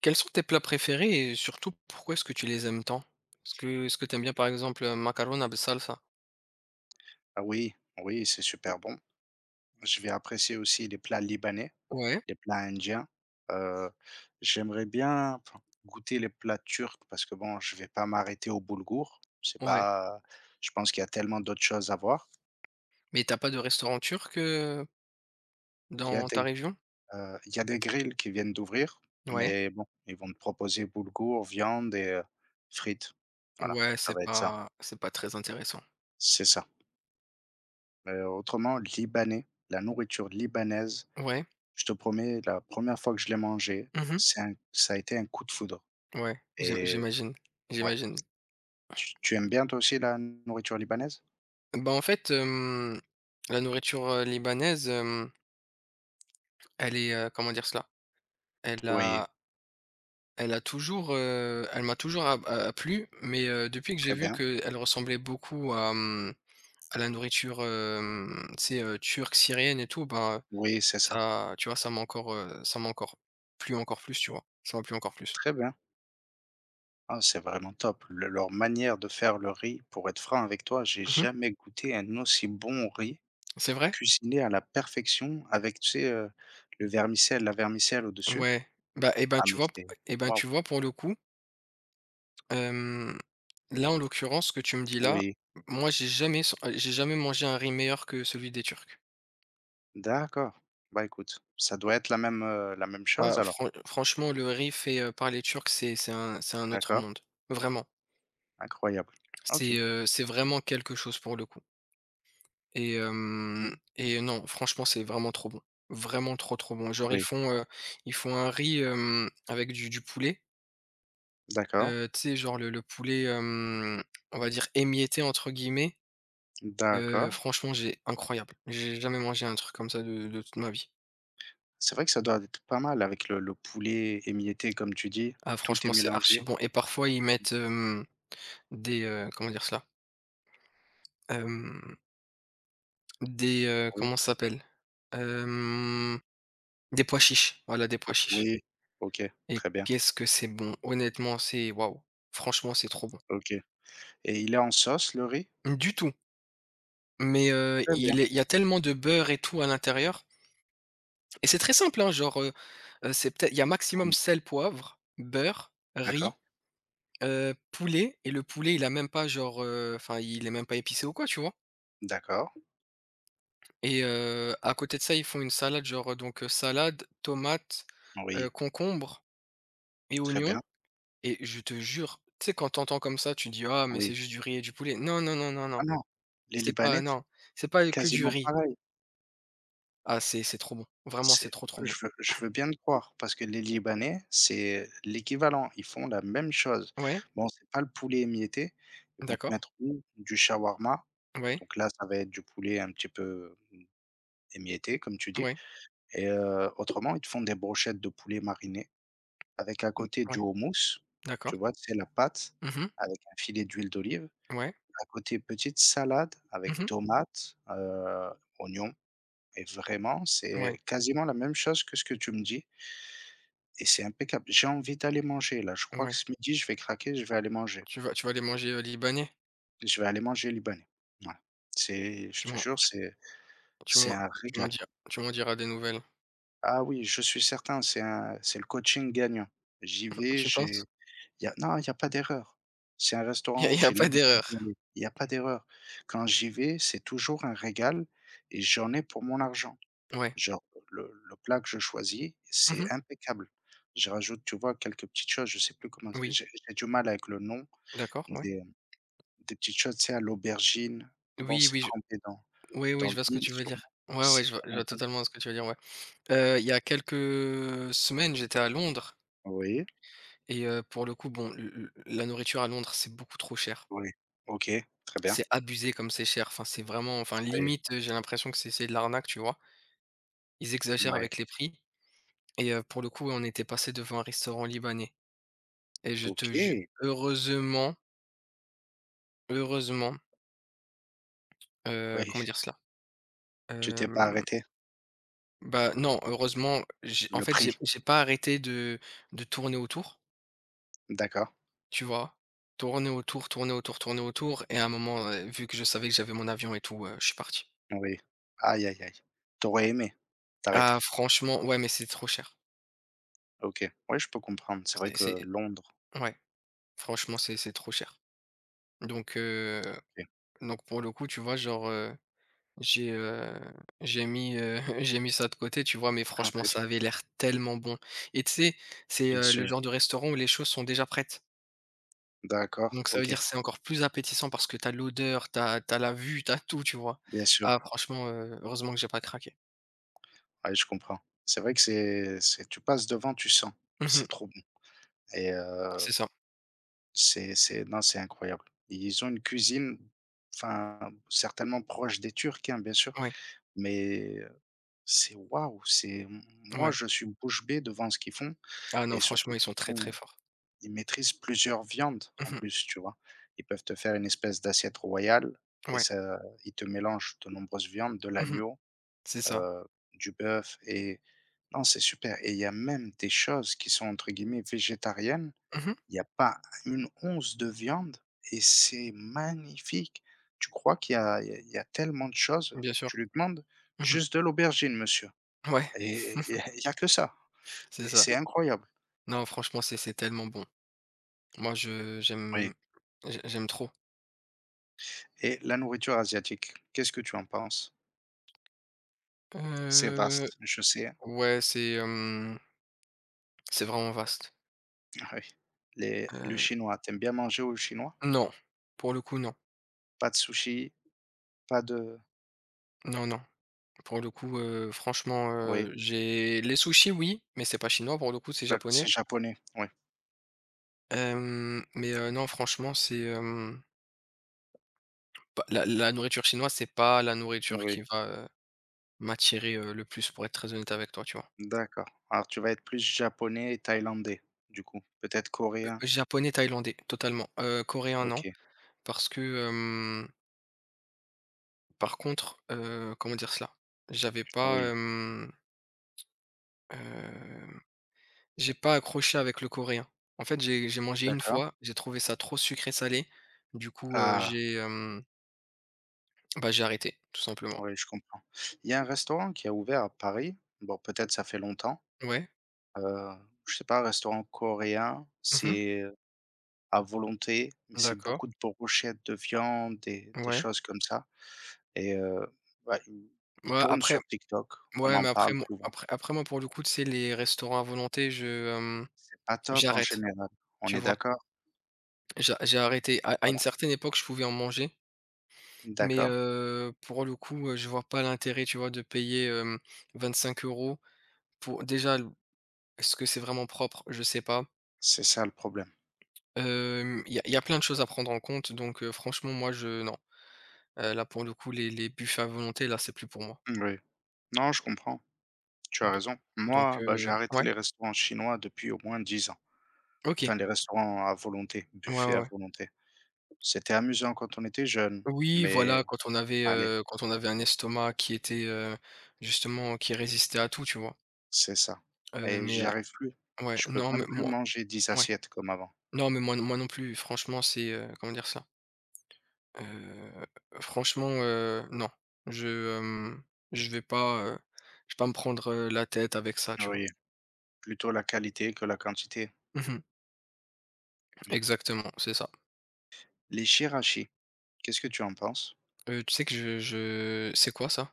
Quels sont tes plats préférés et surtout pourquoi est-ce que tu les aimes tant? Est-ce que t'aimes bien par exemple, macarona bsalsa? Ah oui, oui, c'est super bon. Je vais apprécier aussi les plats libanais, Ouais, les plats indiens. Heu, j'aimerais bien enfin goûter les plats turcs parce que bon, je vais pas m'arrêter au boulgour. C'est ouais, pas Je pense qu'il y a tellement d'autres choses à voir. mais t'as pas de restaurant turc, Il y a dans ta des, région? Il y a des grilles qui viennent d'ouvrir, Ouais, mais bon, ils vont te proposer boulgour, viande et frites. Voilà, ouais, ça c'est va être ça. pas c'est pas très intéressant. C'est ça. Autrement libanais, la nourriture libanaise. Ouais, Je te promets, la première fois que je l'ai mangé, mmh, c'est un ça a été un coup de foudre, ouais, et j'imagine, ouais. j'imagine. Tu aimes bien toi aussi la nourriture libanaise? Bah, en fait, la nourriture, libanaise, elle est, comment dire cela? Elle Oui, a elle a toujours, elle m'a toujours a a a plu, mais, depuis que j'ai très vu bien. qu'elle ressemblait beaucoup à, à la nourriture, tu sais, turque, syrienne et tout, ben, Oui, c'est ça. ça, tu vois, ça m'a encore plu encore plus, tu vois? Ça m'a plu encore plus. Très bien. Ah, c'est vraiment top. Le leur manière de faire le riz, pour être franc avec toi, j'ai Mmh. jamais goûté un aussi bon riz, C'est vrai? cuisiné à la perfection avec, tu sais, la vermicelle au-dessus. Ouais. Bah et ben, Ah tu mais vois c'est et ben, waouh! tu vois, pour le coup, hem, là, en l'occurrence, ce que tu me dis là, Oui, moi, j'ai jamais mangé un riz meilleur que celui des Turcs. d'accord. Bah écoute, ça doit être la même chose Ah, alors? Franchement, le riz fait, par les Turcs, c'est un autre D'accord, monde. Vraiment. incroyable. OK. C'est vraiment quelque chose pour le coup. Et Mmh. hem et non, franchement, c'est vraiment trop bon. Vraiment trop, trop bon. Genre, Oui, ils font un riz, avec du poulet, d'accord, tu sais, genre le poulet, on va dire «émietté» entre guillemets, d'accord. franchement, j'ai incroyable. J'ai jamais mangé un truc comme ça de toute ma vie. C'est vrai que ça doit être pas mal avec le poulet émietté comme tu dis, Ah tout est franchement, c'est archi mélangé. bon et parfois ils mettent, des, comment dire cela? Hem, des, Oui, comment ça s'appelle? Hem, des pois chiches, voilà, des pois oui, chiches. oui, OK, Et très bien, qu'est-ce que c'est bon! Honnêtement, c'est waouh! Franchement, c'est trop bon. OK, et il est en sauce le riz? Du tout, mais Très bien, il y a tellement de beurre et tout à l'intérieur et c'est très simple, hein, genre, c'est peut-être il y a maximum oui, sel, poivre, beurre, d'accord, riz, poulet et le poulet, il a même pas genre, enfin, il est même pas épicé ou quoi, tu vois? d'accord, Et à côté de ça, ils font une salade genre, donc salade, tomate, oui, concombre et très oignon bien, et je te jure, tu sais, quand tu comme ça, tu dis: «Ah mais c'est oui. juste du riz et du poulet». Non, non, non, non, Ah non. non, les C'est pas libanais, non, c'est c'est pas que du quasiment riz. pareil. Ah c'est trop bon. Vraiment, c'est C'est trop, trop bon. Je veux bien te croire parce que les libanais, c'est l'équivalent, ils font la même chose. Ouais, Bon, c'est pas le poulet émietté, ils vont te d'accord. mettre ou du shawarma. Ouais, Donc là, ça va être du poulet un petit peu émietté, comme tu dis. ouais, Et autrement, ils te font des brochettes de poulet mariné avec à mmh, côté du ouais, houmous, d'accord. tu vois? C'est la pâte Mmh. avec un filet d'huile d'olive. Ouais. À côté, petite salade avec Mmh. tomates, oignons, et vraiment, Ouais, c'est quasiment la même chose que ce que tu me dis, et c'est impeccable. J'ai envie d'aller manger là, je crois que ouais. ce midi, je vais craquer, je vais aller manger. Tu vas aller manger, libanais? Je vais aller manger libanais. Voilà. C'est je Tu te m'en jure, tu c'est tu c'est m'en un tu m'en régal. diras des nouvelles. Ah oui, je suis certain, c'est le coaching gagnant. J'y Mmh, vais, tu j'ai penses? y a non, il y a pas d'erreur. C'est un Il y a restaurant où j'ai pas l'habitude d'erreur. d'y aller. Il y a pas d'erreur. Quand j'y vais, c'est toujours un régal et j'en ai pour mon argent. Ouais. Genre, le plat que je choisis, Mmh. c'est impeccable. Je rajoute, tu vois, quelques petites choses, je sais plus comment c'est Oui. J'ai du mal avec le nom, D'accord, ouais. des, des petites choses, tu sais, à l'aubergine. Bon, Oui, c'est oui, je trempé dans oui, oui, je vois ce que l'huile tu veux dire. sûrement. Ouais, ouais, C'est je trop vois bon. totalement ce que tu veux dire, ouais. Il y a quelques semaines, j'étais à Londres. Oui, Et pour le coup, bon, l l la nourriture à Londres, c'est beaucoup trop cher. oui. OK, très bien. C'est abusé comme c'est cher. Enfin, c'est vraiment enfin, Oui. limite, j'ai l'impression que c'est de l'arnaque, tu vois? Ils exagèrent Ouais, avec les prix et pour le coup, on était passé devant un restaurant libanais et je te jure, OK. heureusement, heureusement, Oui, comment dire cela? tu Hem, t'es pas arrêté. bah, non, heureusement, j'ai en Le fait, j'ai prix, j'ai pas arrêté de tourner autour, d'accord. tu vois? Tourner autour, tourner autour, tourner autour et à un moment, vu que je savais que j'avais mon avion et tout, je suis parti. Oui. Aïe, aïe, aïe. Tu aurais aimé Ah t'arrêter. franchement, ouais, mais c'est trop cher. OK. Oui, je peux comprendre. C'est vrai C'est que Londres. ouais, franchement, c'est trop cher. Donc heu, OK. donc pour le coup, tu vois, genre, j'ai, heu, j'ai mis ça de côté, tu vois? Mais franchement, Oui, ça avait l'air tellement bon et tu sais, c'est, bien le sûr. genre de restaurant où les choses sont déjà prêtes. D'accord, Donc ça veut dire OK. que c'est encore plus appétissant parce que t'as l'odeur, t'as la vue, t'as tout, tu vois? Bien sûr. Ah franchement, heureusement que j'ai pas craqué. Ouais, je comprends. C'est vrai que c'est tu passes devant, tu sens. Mmh. C'est trop bon et C'est ça. C'est non, c'est incroyable. Ils ont une cuisine, enfin, certainement proche des Turcs, hein, bien sûr. Ouais, Mais, c'est waouh, c'est moi, ouais. je suis bouche bée devant ce qu'ils font, Ah non, et franchement, surtout ils sont qu'ils très, très font forts. ils maîtrisent plusieurs viandes en Mmh. plus, tu vois? Ils peuvent te faire une espèce d'assiette royale, et Ouais. ça, ils te mélangent de nombreuses viandes, de Mmh. l'agneau, C'est ça. heu, du bœuf, et non, c'est super, et il y a même des choses qui sont entre guillemets «végétariennes». Mmh. Il n'y a pas une once de viande et c'est magnifique. Tu crois qu'il y a tellement de choses, Bien sûr. tu lui demandes: Mmh. «Juste de l'aubergine, monsieur». Ouais, Et il y a que ça c'est et ça. c'est incroyable. Non, franchement, c'est tellement bon. Moi, je Oui, j'aime j'ai j'aime trop. et la nourriture asiatique, qu'est-ce que tu en penses? C'est Heu, vaste, je sais. ouais, c'est, c'est vraiment vaste. Ah oui, les le Heu, chinois. T'aimes bien manger au chinois? non, pour le coup, non. Pas de sushi, pas de Non, non. Pour le coup, franchement, oui, j'ai les sushis, oui, mais c'est pas chinois pour le coup, c'est d'accord, c'est japonais. japonais, oui, Mais non, franchement, c'est, bah, la nourriture chinoise, c'est pas la nourriture oui, qui va, m'attirer, le plus pour être très honnête avec toi, tu vois? d'accord. Alors tu vas être plus japonais et thaïlandais, du coup, peut-être coréen? Japonais, thaïlandais, totalement. Coréen, non, OK, parce que, par contre, comment dire cela? J'avais pas, oui, heu, j'ai pas accroché avec le coréen. En fait, j'ai mangé une d'accord. fois, j'ai trouvé ça trop sucré salé. Du coup, Ah, bah, j'ai arrêté, tout simplement. oui, je comprends. Il y a un restaurant qui a ouvert à Paris, bon peut-être ça fait longtemps, Ouais. heu, je sais pas, un restaurant coréen, Mmh. c'est à volonté, mais c'est D'accord. beaucoup de brochettes de viande, des Ouais. choses comme ça, et bah, ils Ouais, tournent après sur TikTok. On ouais, m'en parle souvent. Après moi, pour le coup, tu sais, les restaurants à volonté, hem, C'est pas top en j'arrête, général. On tu est vois? d'accord? J'ai arrêté. À une Voilà. certaine époque, je pouvais en manger. Mais D'accord. Pour le coup, je vois pas l'intérêt, tu vois, de payer, 25 € pour déjà l est-ce que c'est vraiment propre? Je sais pas. C'est ça le problème. Il y a plein de choses à prendre en compte donc franchement, moi, je non. Là, pour le coup, les buffets à volonté, là, c'est plus pour moi. Oui. Non, je comprends. Tu as Do raison. donc Moi, bah, j'ai arrêté ouais? les restaurants chinois depuis au moins 10 ans. OK. Enfin, les restaurants à volonté, Ouais, buffet ouais, à ouais. volonté. C'était amusant quand on était jeune, Oui, voilà, mais allez, quand on avait un estomac qui était, justement, qui résistait à tout, tu vois? c'est ça, Heu, et mais j'y heu arrive plus. ouais, Je peux non, même mais plus moi manger dix ouais. assiettes comme avant. Non, mais moi non plus, franchement, c'est, comment dire ça. Heu, franchement, non. Je, hem, je vais pas, heu, je vais pas me prendre, la tête avec ça, tu vois? Oui. Plutôt la qualité que la quantité. Mmh. Ouais. Exactement, c'est ça. Les chirashi, qu'est-ce que tu en penses? Tu sais que je c'est quoi ça?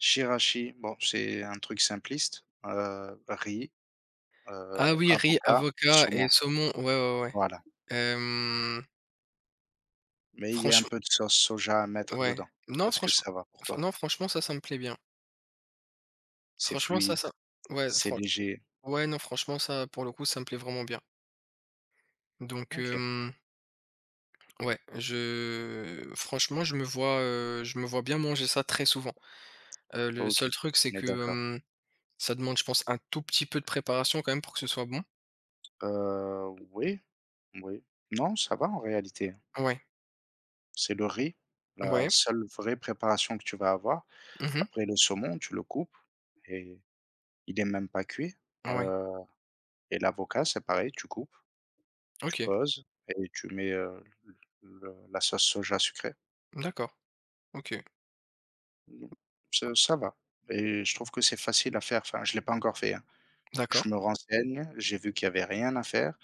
Chirashi, bon, c'est un truc simpliste, riz, Ah oui, riz, avocat, avocat saumon, et saumon. Ouais, ouais, ouais. voilà. Hem, Mais il y a un franchement peu de sauce soja à mettre ouais. dedans. Non, Est-ce que franchement ça va pour f toi? non, franchement, ça me plaît bien. C'est Franchement, ça fluide, ça ouais, c'est fran léger. ouais, non, franchement, ça, pour le coup, ça me plaît vraiment bien. Donc OK, ouais, je franchement, je me vois bien manger ça très souvent. Le OK, seul truc, c'est on est que, d'accord. Ça demande, je pense, un tout petit peu de préparation quand même pour que ce soit bon. Oui, oui. Non, ça va en réalité. Ouais, C'est le riz, la ouais. seule vraie préparation que tu vas avoir. Mmh. Après le saumon, tu le coupes, et il est même pas cuit, Ouais. heu et l'avocat, c'est pareil, tu coupes, tu OK. poses et tu mets, le la sauce soja sucrée. D'accord. OK. Mmh, ça va, et je trouve que c'est facile à faire. Enfin, je l'ai pas encore fait, hein. Je D'accord. me renseigne, j'ai vu qu'il y avait rien à faire.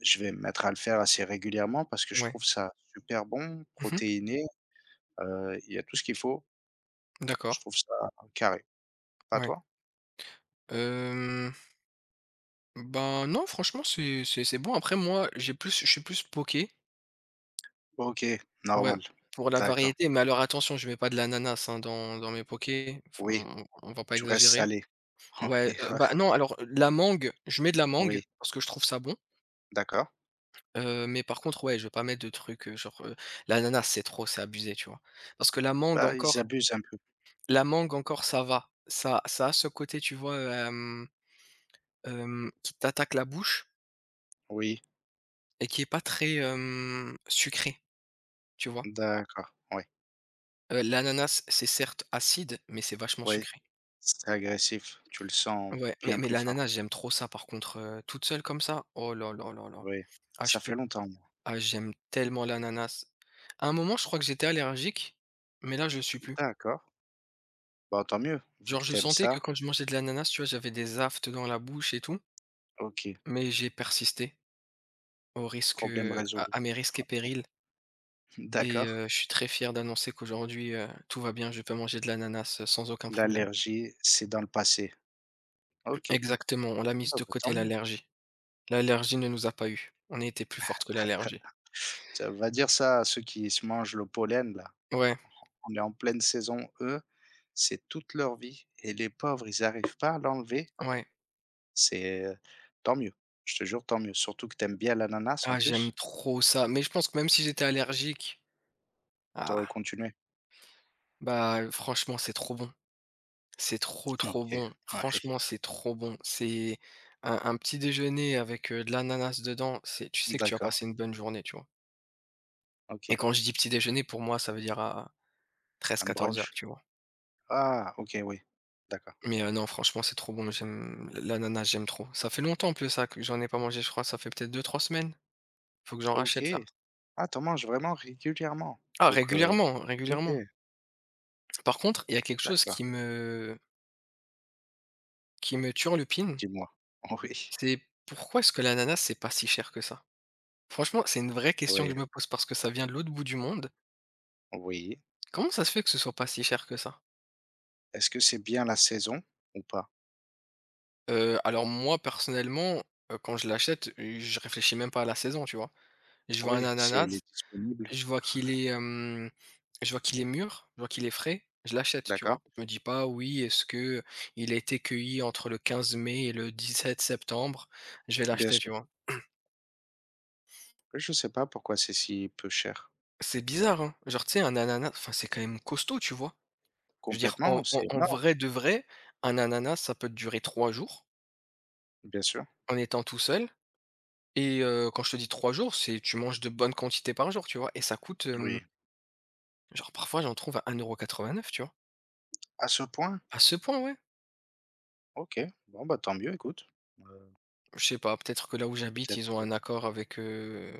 Je vais me mettre à le faire assez régulièrement parce que je Ouais. trouve ça super bon, Mmh. protéiné, il y a tout ce qu'il faut. D'accord. Je trouve ça carré. Pas Ouais. toi? Hem, ben, non, franchement, c'est bon. Après moi, j'ai plus je suis plus poké. OK, Ouais, normal. pour la D'accord. variété, mais alors attention, je mets pas de l'ananas, hein, dans mes pokés. Faut Oui, on va pas tu restes exagérer. salé. Ouais, bah, non, alors, la mangue, je mets de la Oui, mangue oui, parce que je trouve ça bon. d'accord. Mais par contre, ouais, je vais pas mettre de trucs, genre, l'ananas, c'est trop, c'est abusé, tu vois? Parce que Bah, ils abusent un peu. la mangue encore, ça va. Ça a ce côté, tu vois, qui t'attaque la bouche Oui, et qui est pas très, sucré, tu vois? d'accord, oui, L'ananas, c'est certes acide, mais c'est vachement oui, sucré. c'est agressif, tu le sens Ouais, mais bien mais plus fort, l'ananas, j'aime trop ça par contre, toute seule comme ça, oh là là là là. oui. Ah je Ça peux fait longtemps, moi. ah j'aime tellement l'ananas. À un moment, je crois que j'étais allergique, mais là, je le suis plus. D'accord, bah, tant mieux, vu Genre, que je t'aimes sentais que ça, quand je mangeais de l'ananas, tu vois, j'avais des aphtes dans la bouche et tout, OK, mais j'ai persisté au risque, problème à résolu. Mes risques et périls et D'accord, je suis très fier d'annoncer qu'aujourd'hui, tout va bien, je peux manger de l'ananas, sans aucun problème. l'allergie, c'est dans le passé. OK, Exactement, on l'a mise bah, de bah, tant côté mieux. l'allergie. L'allergie ne nous a pas eu. On était plus forte que l'allergie. Ça va dire ça à ceux qui se mangent le pollen, là. Ouais, On est en pleine saison, eux, c'est toute leur vie et les pauvres, ils arrivent pas à l'enlever. ouais. C'est, Tant mieux, je te jure, tant mieux, surtout que t'aimes bien l'ananas en Ah, j'aime plus. trop ça, mais je pense que même si j'étais allergique, ah, T'aurais continué. bah, franchement, c'est trop bon. C'est trop, trop OK, bon. ouais, Franchement, c'est trop bon. C'est un petit déjeuner avec de l'ananas dedans. C'est, tu sais que tu vas d'accord, passer une bonne journée, tu vois. Et OK, quand je dis petit déjeuner, pour moi, ça veut dire à un 13-14 heures, brunch. tu vois. Ah, OK, oui, d'accord. Mais non, franchement, c'est trop bon. J'aime l'ananas, j'aime trop. Ça fait longtemps en plus ça que j'en ai pas mangé, je crois. Ça fait peut-être 2-3 semaines. Faut que j'en OK. rachète là. Ah, tu manges vraiment régulièrement? Ah, Donc, régulièrement, OK, régulièrement. Par contre, il y a quelque chose d'accord. qui me turlupine. Dis-moi. C'est pourquoi est-ce que l'ananas, c'est pas si cher que ça? Franchement, c'est une vraie question que Oui, je me pose parce que ça vient de l'autre bout du monde. oui, oui. Comment ça se fait que ce soit pas si cher que ça? Est-ce que c'est bien la saison ou pas? Alors moi, personnellement, quand je l'achète, je réfléchis même pas à la saison, tu vois? Je vois un Oui, si elle ananas, est disponible. je vois qu'il est, je vois qu'il est mûr, je vois qu'il est frais, je l'achète, tu D'accord, vois? Je me dis pas: «Oui, est-ce que il a été cueilli entre le 15 mai et le 17 septembre? Je vais bien l'acheter», sûr. tu vois? Oui, je sais pas pourquoi c'est si peu cher. C'est bizarre, hein? Genre, tu sais, un ananas, enfin, c'est quand même costaud, tu vois? Je veux dire, en Complètement, en c'est en énorme, vrai de vrai, un ananas, ça peut te durer 3 jours. bien sûr. En étant tout seul et quand je te dis 3 jours, c'est tu manges de bonnes quantités par jour, tu vois? Et ça coûte, Oui. Genre parfois j'en trouve à 1,89 €, tu vois? À ce point? À ce point, ouais. OK, bon, bah, tant mieux écoute. Heu, Je sais pas, peut-être que là où j'habite, peut-être ils ont que un accord avec,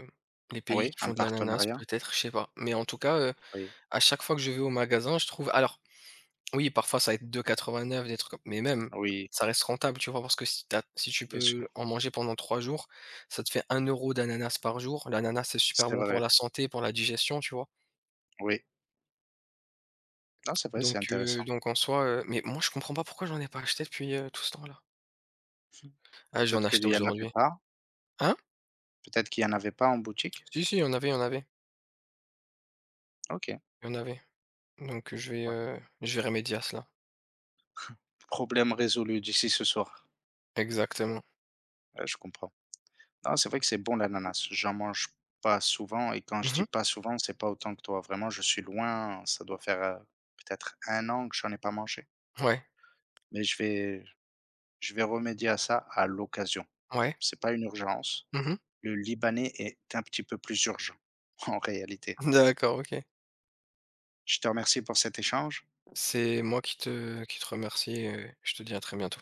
les pays oui, qui un font de l'ananas, partenariat, peut-être, je sais pas. Mais en tout cas, oui, à chaque fois que je vais au magasin, je trouve alors oui, parfois ça va être 2,89 €, des trucs comme mais même, oui, ça reste rentable, tu vois? Parce que si tu si tu bien sûr. peux en manger pendant 3 jours, ça te fait 1 € d'ananas par jour. L'ananas, c'est super C'est bon pour vrai, la santé, pour la digestion, tu vois? oui. Non, c'est vrai, c'est intéressant. Donc en soi, mais moi je comprends pas pourquoi j'en ai pas acheté depuis, tout ce temps-là. Mmh. Ah, je vais en Peut-être qu'il acheter y en avait aujourd'hui. pas, Hein? peut-être qu'il y en avait pas en boutique? Si, si, il y en avait, il y en avait, OK. il y en avait. Donc Ouais. Je vais remédier à cela. Problème résolu d'ici ce soir. Exactement. Ouais, je comprends. Non, c'est vrai que c'est bon l'ananas. J'en mange pas souvent, et quand je Mmh. dis pas souvent, c'est pas autant que toi. Vraiment, je suis loin, ça doit faire, peut-être un an que j'en ai pas mangé. Ouais, Mais je vais remédier à ça à l'occasion. ouais. C'est pas une urgence. Mmh. Le libanais est un petit peu plus urgent en réalité. D'accord, OK. Je te remercie pour cet échange. C'est moi qui te remercie et je te dis à très bientôt.